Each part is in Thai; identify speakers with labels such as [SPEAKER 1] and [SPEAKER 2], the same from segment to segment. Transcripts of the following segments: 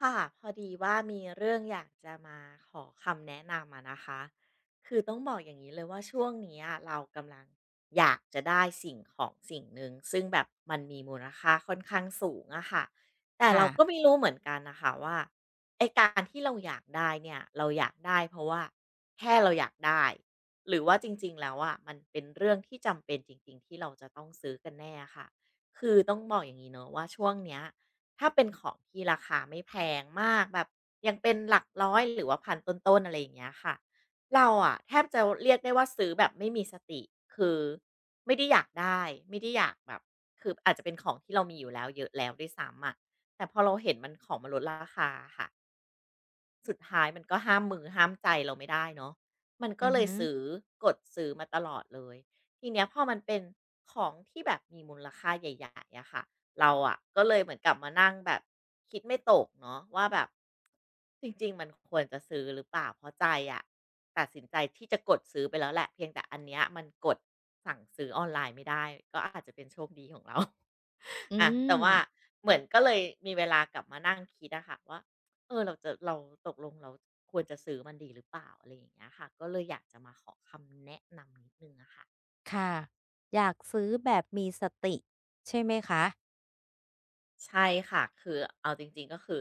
[SPEAKER 1] ค่ะพอดีว่ามีเรื่องอยากจะมาขอคำแนะนำอะนะคะคือต้องบอกอย่างนี้เลยว่าช่วงเนี้ยเรากำลังอยากจะได้สิ่งของสิ่งหนึ่งซึ่งแบบมันมีมูลค่าค่อนข้างสูงอะค่ะแต่เรา
[SPEAKER 2] ค่ะ
[SPEAKER 1] ก็ไม่รู้เหมือนกันนะคะว่าไอการที่เราอยากได้เนี่ยเราอยากได้เพราะว่าแค่เราอยากได้หรือว่าจริงๆแล้วอะมันเป็นเรื่องที่จำเป็นจริงๆที่เราจะต้องซื้อกันแน่ค่ะคือต้องบอกอย่างนี้เนอะว่าช่วงเนี้ย ถ้าเป็นของที่ราคาไม่แพงมากแบบยังเป็นหลักร้อยหรือว่าพันต้นๆอะไรอย่างเงี้ยค่ะเราอะแทบจะเรียกได้ว่าซื้อแบบไม่มีสติคือไม่ได้อยากได้ไม่ได้อยากแบบคืออาจจะเป็นของที่เรามีอยู่แล้วเยอะแล้วด้วยซ้ำอะแต่พอเราเห็นมันของมันลดราคาค่ะ สุดท้ายมันก็ห้ามมือห้ามใจเราไม่ได้เนาะมันก็
[SPEAKER 2] อือ
[SPEAKER 1] เลย
[SPEAKER 2] ฮึ
[SPEAKER 1] ซื้อกดซื้อมาตลอดเลยทีเนี้ยพอมันเป็นของที่แบบมีมูลค่าใหญ่ๆอะค่ะเราอะก็เลยเหมือนกลับมานั่งแบบคิดไม่ตกเนาะว่าแบบจริงๆมันควรจะซื้อหรือเปล่าเพราะใจอะตัดสินใจที่จะกดซื้อไปแล้วแหละเพียงแต่อันเนี้ยมันกดสั่งซื้อออนไลน์ไม่ได้ก็อาจจะเป็นโชคดีของเรา
[SPEAKER 2] อื
[SPEAKER 1] อะ
[SPEAKER 2] ม
[SPEAKER 1] แต่ว่าเหมือนก็เลยมีเวลากลับมานั่งคิดอะค่ะว่า เออเราจะเราตกลงเราควรจะซื้อมันดีหรือเปล่าอะไรอย่างเงี้ยค่ะก็เลยอยากจะมาขอคำแนะนำนิดนึงอะค่ะ
[SPEAKER 2] ค่ะ อยากซื้อแบบมีสติใช่ไหมคะ
[SPEAKER 1] ใช่ค่ะคือเอาจริงๆก็คือ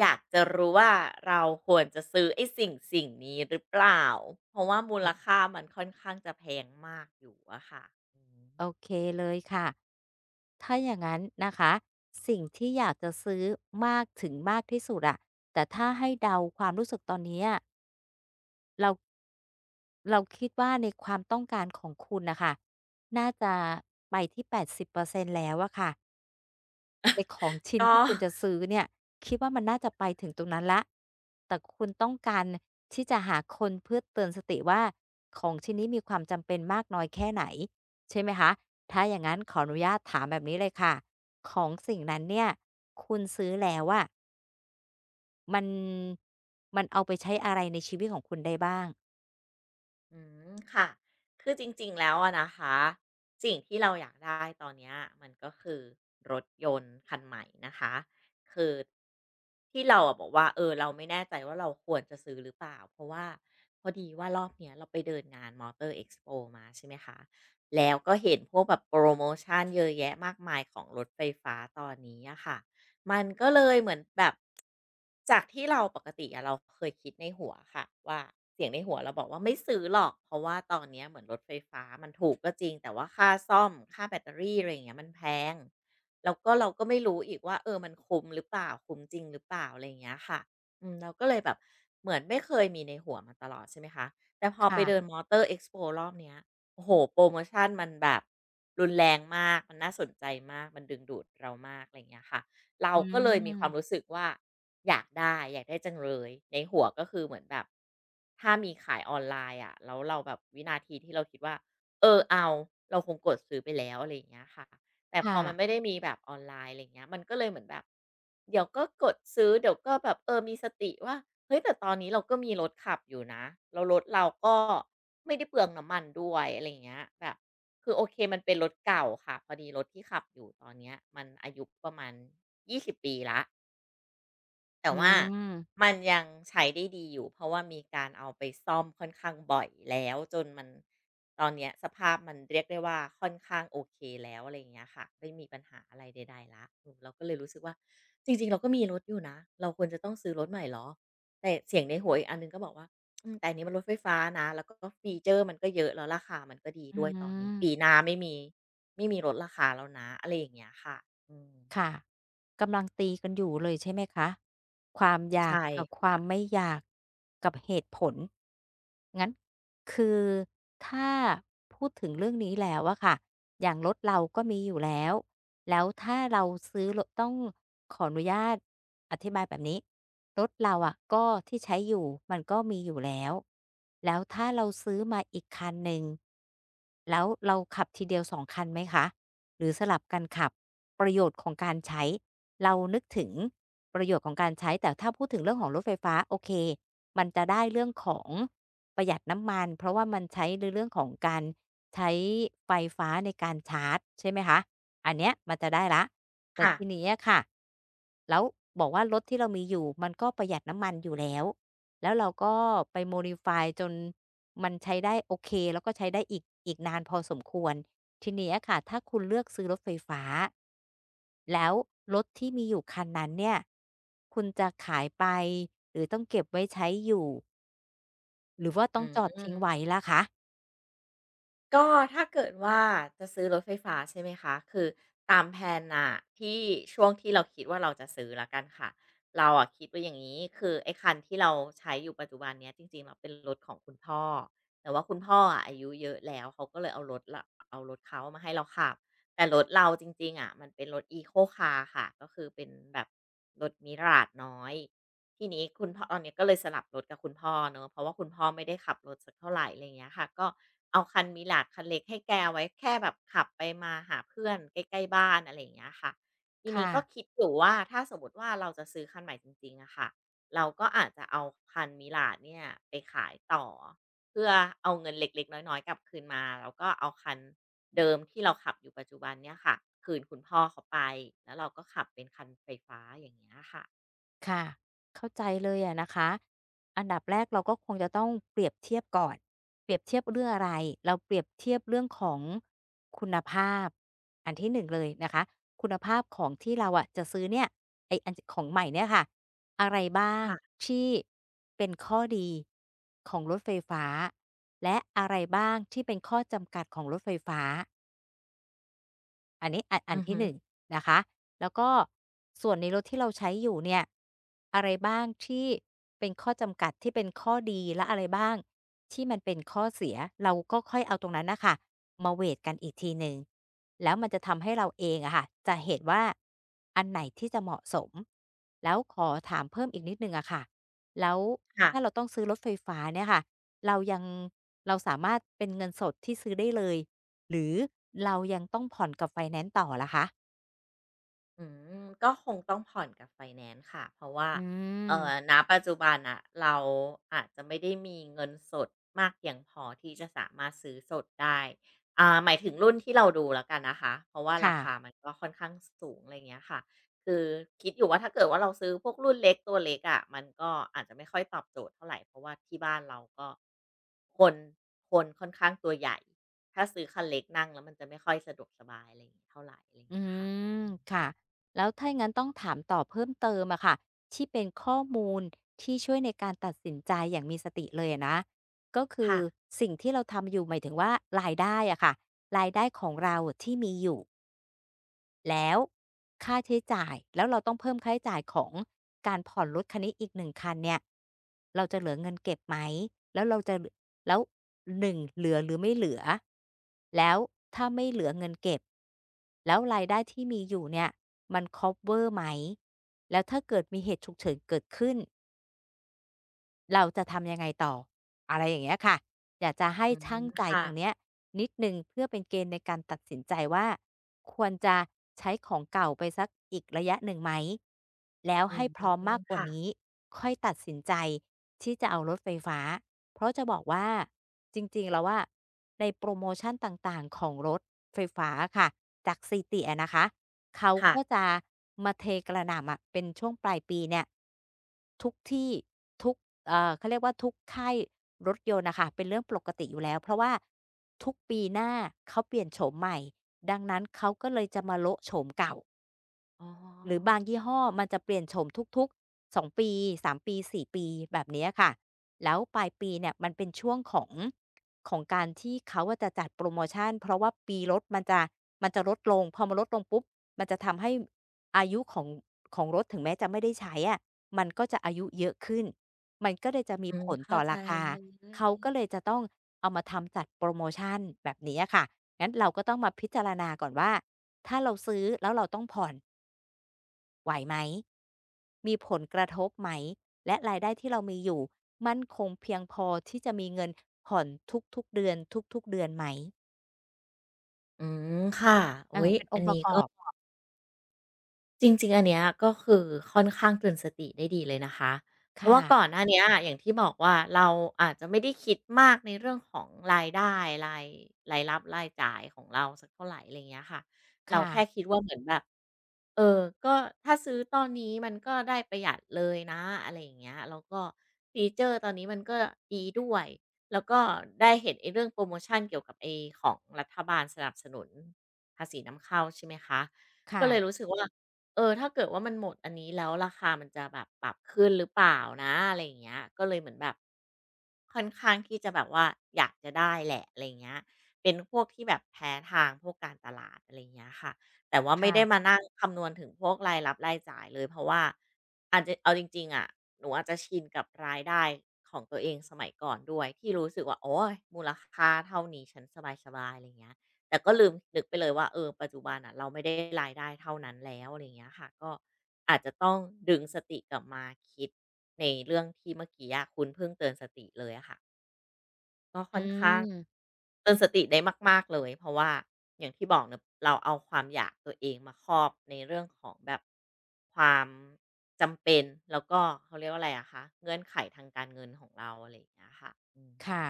[SPEAKER 1] อยากจะรู้ว่าเราควรจะซื้อไอ้สิ่งสิ่งนี้หรือเปล่าเพราะว่ามูลค่ามันค่อนข้างจะแพงมากอยู่อะค่ะอืม
[SPEAKER 2] โอเคเลยค่ะ ถ้าอย่างงั้นนะคะ สิ่งที่อยากจะซื้อมากถึงมากที่สุดอะแต่ถ้าให้เดาความรู้สึกตอนนี้อะเราเราคิดว่าในความต้องการของคุณน่ะค่ะน่าจะไปที่80%แล้วอะค่ะ ในของชิ้น
[SPEAKER 1] ก็
[SPEAKER 2] ที่คุณจะซื้อเนี่ยคิดว่ามันน่าจะไปถึงตรงนั้นแล้วแต่คุณต้องการที่จะหาคนเพื่อเตือนสติว่าของชิ้นนี้มีความจำเป็นมากน้อยแค่ไหนใช่ไหมคะถ้าอย่างนั้นขออนุญาตถามแบบนี้เลยค่ะของสิ่งนั้นเนี่ยคุณซื้อแล้วอะมันมันเอาไปใช้อะไรในชีวิตของคุณได้บ้าง
[SPEAKER 1] อืมค่ะ คือจริงๆแล้วอะนะคะ สิ่งที่เราอยากได้ตอนเนี้ยมันก็คือรถยนต์คันใหม่นะคะคือที่เราอะบอกว่าเออเราไม่แน่ใจว่าเราควรจะซื้อหรือเปล่าเพราะว่าพอดีว่ารอบเนี้ยเราไปเดินงานมอเตอร์เอ็กซ์โปมาใช่ไหมคะแล้วก็เห็นพวกแบบโปรโมชันเยอะแยะมากมายของรถไฟฟ้าตอนนี้อะค่ะ มันก็เลยเหมือนแบบจากที่เราปกติอะเราเคยคิดในหัวค่ะว่าเสียงในหัวเราบอกว่าไม่ซื้อหรอกเพราะว่าตอนเนี้ยเหมือนรถไฟฟ้ามันถูกก็จริงแต่ว่าค่าซ่อมค่าแบตเตอรี่อะไรอย่างเงี้ยมันแพงแล้วก็เราก็ไม่รู้อีกว่าเออมันคุ้มหรือเปล่าคุ้มจริงหรือเปล่าอะไรอย่างเงี้ยค่ะอืมเราก็เลยแบบเหมือนไม่เคยมีในหัวมาตลอดใช่ไหมคะแต่พอไปเดิน
[SPEAKER 2] ค่ะ
[SPEAKER 1] Motor Expo รอบเนี้ยโอ้โฮโพรโมชันมันแบบรุนแรงมากมันน่าสนใจมากมันดึงดูดเรามากอะไรอย่างเงี้ยค่ะ เรา
[SPEAKER 2] อื
[SPEAKER 1] ก็เลยมีความรู้
[SPEAKER 2] ม
[SPEAKER 1] สึกว่าอยากได้อยากได้จังเลยในหัวก็คือเหมือนแบบถ้ามีขายออนไลน์อะแล้วเราแบบวินาทีที่เราคิดว่าเออเอาเราคงกดซื้อไปแล้วอะไรอย่างเงี้ยค่ะแต่พอ
[SPEAKER 2] ค่ะ
[SPEAKER 1] มันไม่ได้มีแบบออนไลน์อะไรเงี้ยมันก็เลยเหมือนแบบเดี๋ยวก็กดซื้อเดี๋ยวก็แบบเออมีสติว่าเฮ้ยแต่ตอนนี้เราก็มีรถขับอยู่นะแล้วรถเราก็ไม่ได้เปลืองน้ำมันด้วยอะไรเงี้ยแบบ คือโอเคมันเป็นรถเก่าค่ะพอดีรถที่ขับอยู่ตอนเนี้ยมันอายุประมาณ 20 ปีแล้ว แต่
[SPEAKER 2] อื
[SPEAKER 1] ว่า
[SPEAKER 2] ม
[SPEAKER 1] มันยังใช้ได้ดีอยู่เพราะว่ามีการเอาไปซ่อมค่อนข้างบ่อยแล้วจนมันตอนเนี้ยสภาพมันเรียกได้ว่าค่อนข้างโอเคแล้วอะไรอย่างเงี้ยค่ะไม่มีปัญหาอะไรใดๆแล้วเอมเราก็เลยรู้สึกว่าจริงๆเราก็มีรถอยู่นะเราควรจะต้องซื้อรถใหม่เหรอแต่เสียงในหัวอีกอันหนึ่งก็บอกว่าอืมแต่อันนี้มันรถไฟฟ้านะแล้วก็ฟีเชอร์มันก็เยอะแล้วราคามันก็ดี
[SPEAKER 2] อื
[SPEAKER 1] ด้วยตอนนี้ปีห
[SPEAKER 2] ม
[SPEAKER 1] น้าไม่มีลดราคาแล้วนะอะไรอย่างเงี้ยค่ะอืม
[SPEAKER 2] ค่ะกำลังตีกันอยู่เลยใช่ไหมคะความอยาก
[SPEAKER 1] ใช่
[SPEAKER 2] กับควา
[SPEAKER 1] ค่ะ
[SPEAKER 2] มไม่อยากกับเหตุผลงั้นคือถ้าพูดถึงเรื่องนี้แล้วอะค่ะอย่างรถเราก็มีอยู่แล้วแล้วถ้าเราซื้อรถต้องขออนุญาตอธิบายแบบนี้รถเราอะก็ที่ใช้อยู่มันก็มีอยู่แล้วแล้วถ้าเราซื้อมาอีกคันหนึ่งแล้วเราขับทีเดียวสองคันไหมคะ หรือสลับกันขับประโยชน์ของการใช้เรานึกถึงประโยชน์ของการใช้แต่ถ้าพูดถึงเรื่องของรถไฟฟ้าโอเคมันจะได้เรื่องของประหยัดน้ำมันเพราะว่ามันใช้ในเรื่องของการใช้ไฟฟ้าในการชาร์จใช่ไหมคะอันเนี้ยมันจะได้แล้วแต่
[SPEAKER 1] ค่ะ
[SPEAKER 2] ทีนี้อะค่ะแล้วบอกว่ารถที่เรามีอยู่มันก็ประหยัดน้ำมันอยู่แล้วแล้วเราก็ไป modify จนมันใช้ได้โอเคแล้วก็ใช้ได้อีกนานพอสมควร ทีนี้อะค่ะถ้าคุณเลือกซื้อรถไฟฟ้าแล้วรถที่มีอยู่คันนั้นเนี่ยคุณจะขายไปหรือต้องเก็บไว้ใช้อยู่หรือว่า
[SPEAKER 1] อื
[SPEAKER 2] ต้องจอดทิ้งไว้
[SPEAKER 1] ม
[SPEAKER 2] ล่ะคะ
[SPEAKER 1] ก็ถ้าเกิดว่าจะซื้อรถไฟฟ้าใช่ไหมคะคือตามแพนน่ะที่ช่วงที่เราคิดว่าเราจะซื้อแล้วกันค่ะเราอะคิดไว้อย่างนี้คือไอ้คันที่เราใช้อยู่ปัจจุบันเนี้ยจริงๆเราเป็นรถของคุณพ่อแต่ว่าคุณพ่ออะอายุเยอะแล้วเขาก็เลยเอารถละเอารถเขามาให้เราขับแต่รถเราจริงๆอะมันเป็นรถ Eco Car คคาร์ค่ะก็คือเป็นแบบรถม i รา g น้อย ทีนี้คุณพ่อตอนเนี้ยก็เลยสลับรถกับคุณพ่อเนาะเพราะว่าคุณพ่อไม่ได้ขับรถสักเท่าไรอะไรอย่างเงี้ยค่ะก็เอาคัน Mirax คันเล็กให้แกไว้แค่แบบขับไปมาหาเพื่อนใกล้ๆบ้านอะไรอย่างเงี้ยค่ะทีนี้ก็
[SPEAKER 2] ค่ะ
[SPEAKER 1] คิดอยู่ว่าถ้าสมมติว่าเราจะซื้อคันใหม่จริงๆอะค่ะเราก็อาจจะเอาคัน Mirax เนี่ยไปขายต่อเพื่อเอาเงินเล็กๆน้อยๆกลับคืนมาแล้วก็เอาคันเดิมที่เราขับอยู่ปัจจุบันเนี่ยค่ะคืนคุณพ่อเขาไปแล้วเราก็ขับเป็นคันไฟฟ้าอย่างเงี้ยค่ะ
[SPEAKER 2] ค่ะเข้าใจเลยอะนะคะอันดับแรกเราก็คงจะต้องเปรียบเทียบก่อนเปรียบเทียบเรื่องอะไรเราเปรียบเทียบเรื่องของคุณภาพอันที่หนึ่งเลยนะคะคุณภาพของที่เราอะจะซื้อเนี่ยไออันของใหม่เนี่ยค่ะอะไรบ้าง
[SPEAKER 1] ค่ะ
[SPEAKER 2] ที่เป็นข้อดีของรถไฟฟ้าและอะไรบ้างที่เป็นข้อจำกัดของรถไฟฟ้า อันนี้อัน
[SPEAKER 1] อือ
[SPEAKER 2] ที่
[SPEAKER 1] ฮึ
[SPEAKER 2] 1นงนะคะแล้วก็ส่วนในรถที่เราใช้อยู่เนี่ยอะไรบ้างที่เป็นข้อจำกัดที่เป็นข้อดีและอะไรบ้างที่มันเป็นข้อเสียเราก็ค่อยเอาตรงนั้นนะคะมาเวทกันอีกทีหนึ่งแล้วมันจะทำให้เราเองอะค่ะจะเห็นว่าอันไหนที่จะเหมาะสมแล้วขอถามเพิ่มอีกนิดหนึ่งอะค่ะแล้ว
[SPEAKER 1] ค่ะ
[SPEAKER 2] ถ้าเราต้องซื้อรถไฟฟ้าเนี่ยค่ะเรายังเราสามารถเป็นเงินสดที่ซื้อได้เลย หรือเรายังต้องผ่อนกับไฟแนนซ์ต่อล่ะคะ
[SPEAKER 1] อืมก็คงต้องผ่อนกับไฟแนนซ์ค่ะเพราะว่า
[SPEAKER 2] อืม
[SPEAKER 1] ณปัจจุบันน่ะเราอาจจะไม่ได้มีเงินสดมากเพียงพอที่จะสามารถซื้อสดได้อ่าหมายถึงรุ่นที่เราดูแล้วกันนะคะเพราะว่ารา
[SPEAKER 2] ค่ะ
[SPEAKER 1] คามันก็ค่อนข้างสูงอะไรอย่างเงี้ยค่ะคือคิดอยู่ว่าถ้าเกิดว่าเราซื้อพวกรุ่นเล็กตัวเล็กอะมันก็อาจจะไม่ค่อยตอบโจทย์เท่าไรเพราะว่าที่บ้านเราก็คนคนค่อนข้างตัวใหญ่ถ้าซื้อคันเล็กนั่งแล้วมันจะไม่ค่อยสะดวกสบายอะไรอย่างงี้เท่าไรอะไรอย่าง
[SPEAKER 2] อื
[SPEAKER 1] เงี้ยค่ะ
[SPEAKER 2] มค่ะแล้วถ้าอย่างงั้นต้องถามต่อเพิ่มเติมอะค่ะที่เป็นข้อมูลที่ช่วยในการตัดสินใจอย่างมีสติเลยอะนะ ก็คือ
[SPEAKER 1] ค่ะ
[SPEAKER 2] สิ่งที่เราทำอยู่หมายถึงว่ารายได้อะค่ะรายได้ของเราที่มีอยู่ แล้วค่าใช้จ่ายแล้วเราต้องเพิ่มค่าใช้จ่ายของการผ่อนรถคันนี้อีกหนึ่งคันเนี่ยเราจะเหลือเงินเก็บไหมแล้วเราจะแล้วหนึ่งเหลือหรือไม่เหลือแล้วถ้าไม่เหลือเงินเก็บแล้วรายได้ที่มีอยู่เนี่ยมันคัฟเวอร์ไหมแล้วถ้าเกิดมีเหตุฉุกเฉินเกิดขึ้น เราจะทำยังไงต่ออะไรอย่างเงี้ยค่ะอยากจะให้
[SPEAKER 1] อืม
[SPEAKER 2] ชั่งใจ
[SPEAKER 1] ค่ะ
[SPEAKER 2] ตรงเนี้ยนิดหนึ่งเพื่อเป็นเกณฑ์ในการตัดสินใจว่าควรจะใช้ของเก่าไปสักอีกระยะหนึ่งไหมแล้ว
[SPEAKER 1] อืม
[SPEAKER 2] ให้พร้อมมากกว่า
[SPEAKER 1] ค่ะ
[SPEAKER 2] นี้ค่อยตัดสินใจที่จะเอารถไฟฟ้าเพราะจะบอกว่าจริงๆแล้วว่าในโปรโมชันต่างๆของรถไฟฟ้าอค่ะจากซีตีอะนะคะเขา
[SPEAKER 1] ค่ะ
[SPEAKER 2] ก็จะมาเทกระหน่ำอะเป็นช่วงปลายปีเนี่ยทุกที่ทุก เขาเรียกว่าทุกค่ายรถยนต์นะค่ะเป็นเรื่องปกติอยู่แล้วเพราะว่าทุกปีหน้าเขาเปลี่ยนโฉมใหม่ดังนั้นเขาก็เลยจะมาโละโฉมเก่า
[SPEAKER 1] อ๋อ
[SPEAKER 2] หรือบางยี่ห้อมันจะเปลี่ยนโฉมทุกๆ2ปี3ปี4ปีแบบเนี้ยค่ะแล้วปลายปีเนี่ยมันเป็นช่วงของของการที่เขาอะจะจัดโปรโมชันเพราะว่าปีรถมันจะมันจะลดลงพอมันลดลงปุ๊บมันจะทำให้อายุของของรถถึงแม้จะไม่ได้ใช้อะมันก็จะอายุเยอะขึ้นมันก็เลยจะมี
[SPEAKER 1] อื
[SPEAKER 2] ผ
[SPEAKER 1] ม
[SPEAKER 2] ล
[SPEAKER 1] เข้า
[SPEAKER 2] ต่อ
[SPEAKER 1] ใจ
[SPEAKER 2] ราคา
[SPEAKER 1] เล
[SPEAKER 2] เขา
[SPEAKER 1] ย
[SPEAKER 2] ก็เลยจะต้องเอามาทำจัดโปรโมชันแบบนี้อะค่ะงั้นเราก็ต้องมาพิจารณาก่อนว่าถ้าเราซื้อแล้วเราต้องผ่อน ไหวไหม มีผลกระทบไหม และรายได้ที่เรามีอยู่มั่นคงเพียงพอที่จะมีเงินผ่อนทุกๆเดือนทุกๆเดือนไหม
[SPEAKER 1] อืมค่ะ
[SPEAKER 2] เอ
[SPEAKER 1] อุ๊
[SPEAKER 2] อ
[SPEAKER 1] ย
[SPEAKER 2] เป็นอ
[SPEAKER 1] อั
[SPEAKER 2] ง
[SPEAKER 1] น
[SPEAKER 2] ค์ป
[SPEAKER 1] นี้
[SPEAKER 2] ระก
[SPEAKER 1] ก็
[SPEAKER 2] อบ
[SPEAKER 1] จริงๆอันเนี้ยก็คือค่อนข้างเตือนสติได้ดีเลยนะคะเพราะว่าก่อน
[SPEAKER 2] ค่ะ
[SPEAKER 1] หน้าเนี้ยอย่างที่บอกว่าเราอาจจะไม่ได้คิดมากในเรื่องของรายได้รายรายรับรายจ่ายของเราสักเท่าไรอะไรเงี้ยค่ะเรา
[SPEAKER 2] ค่ะ
[SPEAKER 1] แค่คิดว่าเหมือนแบบ เออก็ถ้าซื้อตอนนี้มันก็ได้ประหยัดเลยนะอะไรอย่างเงี้ยแล้วก็ฟีเจอร์ตอนนี้มันก็ดีด้วยแล้วก็ได้เห็นไอ้เรื่องโพรโมชันเกี่ยวกับไอ้ของรัฐบาลสนับสนุนภาษีนำเข้าใช่ไหมคะ ก็
[SPEAKER 2] ค่ะ
[SPEAKER 1] เลยรู้สึกว่าเออถ้าเกิดว่ามันหมดอันนี้แล้วราคามันจะแบบปรับขึ้นหรือเปล่านะอะไรอย่างเงี้ยก็เลยเหมือนแบบค่อนข้างที่จะแบบว่าอยากจะได้แหละอะไรอย่างเงี้ยเป็นพวกที่แบบแพ้ทางพวกการตลาดอะไรอย่างเงี้ยค่ะ แต่ว่าไม่ได้มา
[SPEAKER 2] ค่ะ
[SPEAKER 1] นั่งคำนวณถึงพวกรายรับรายจ่ายเลยเพราะว่าอาจจะเอาจริงๆอะหนูอาจจะชินกับรายได้ของตัวเองสมัยก่อนด้วยที่รู้สึกว่าโอ๊ยมูลค่าเท่านี้ฉันสบายๆอะไรอย่างเงี้ยแต่ก็ลืมนึกไปเลยว่าเออปัจจุบันน่ะเราไม่ได้รายได้เท่านั้นแล้วอะไรอย่างเงี้ยค่ะก็อาจจะต้องดึงสติกลับมาคิดในเรื่องที่เมื่อกี้อะคุณเพิ่งเตือนสติเลยอะค่ะ ก็ค่
[SPEAKER 2] อื
[SPEAKER 1] อนข้าง
[SPEAKER 2] ม
[SPEAKER 1] เตือนสติได้มากๆเลยเพราะว่าอย่างที่บอกเนอะเราเอาความอยากตัวเองมาครอบในเรื่องของแบบความจำเป็นแล้วก็เขาเรียกว่าอะไรอะคะเงื่อนไขทางการเงินของเราอะไรอย่างเงี้ยค่ะอืม
[SPEAKER 2] ค่ะ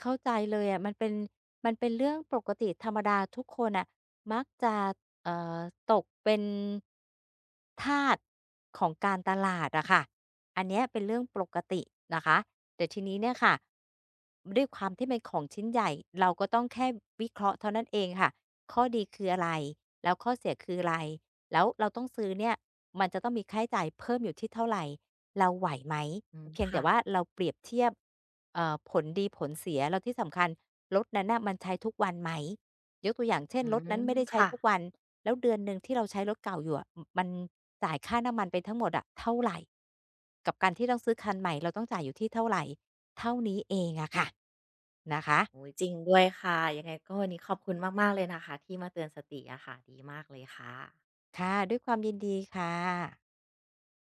[SPEAKER 2] เข้าใจเลยอะมันเป็นเรื่องปกติธรรมดาทุกคนน่ะมักจะเอ่อตกเป็นทาสของการตลาดอะค่ะอันเนี้ยเป็นเรื่องปกตินะคะแต่ทีนี้เนี่ยค่ะด้วยความที่เป็นของชิ้นใหญ่เราก็ต้องแค่วิเคราะห์เท่านั้นเองค่ะข้อดีคืออะไรแล้วข้อเสียคืออะไรแล้วเราต้องซื้อเนี่ยมันจะต้องมีค่าใช้จ่ายเพิ่มอยู่ที่เท่าไหร่ เราไหวไหม
[SPEAKER 1] อืม
[SPEAKER 2] เพียงแต่
[SPEAKER 1] ค่ะ
[SPEAKER 2] ว่าเราเปรียบเทียบผลดีผลเสียแล้วที่สำคัญรถนั้นน่ะมันใช้ทุกวันไหมยกตัวอย่างเช่น
[SPEAKER 1] อื
[SPEAKER 2] รถนั้น
[SPEAKER 1] ม
[SPEAKER 2] ไม่ได้ใช้
[SPEAKER 1] ค่ะ
[SPEAKER 2] ทุกวันแล้วเดือนหนึ่งที่เราใช้รถเก่าอยู่อะมันจ่ายค่าน้ำมันไปทั้งหมดอะเท่าไรกับการที่ต้องซื้อคันใหม่เราต้องจ่ายอยู่ที่เท่าไรเท่านี้เองอะค่ะนะคะ
[SPEAKER 1] โอ้ยจริงด้วยค่ะยังไงก็วันนี้ขอบคุณมากๆเลยนะคะที่มาเตือนสติอะค่ะดีมากเลยค่ะ
[SPEAKER 2] ค่ะด้วยความยินดีค่ะ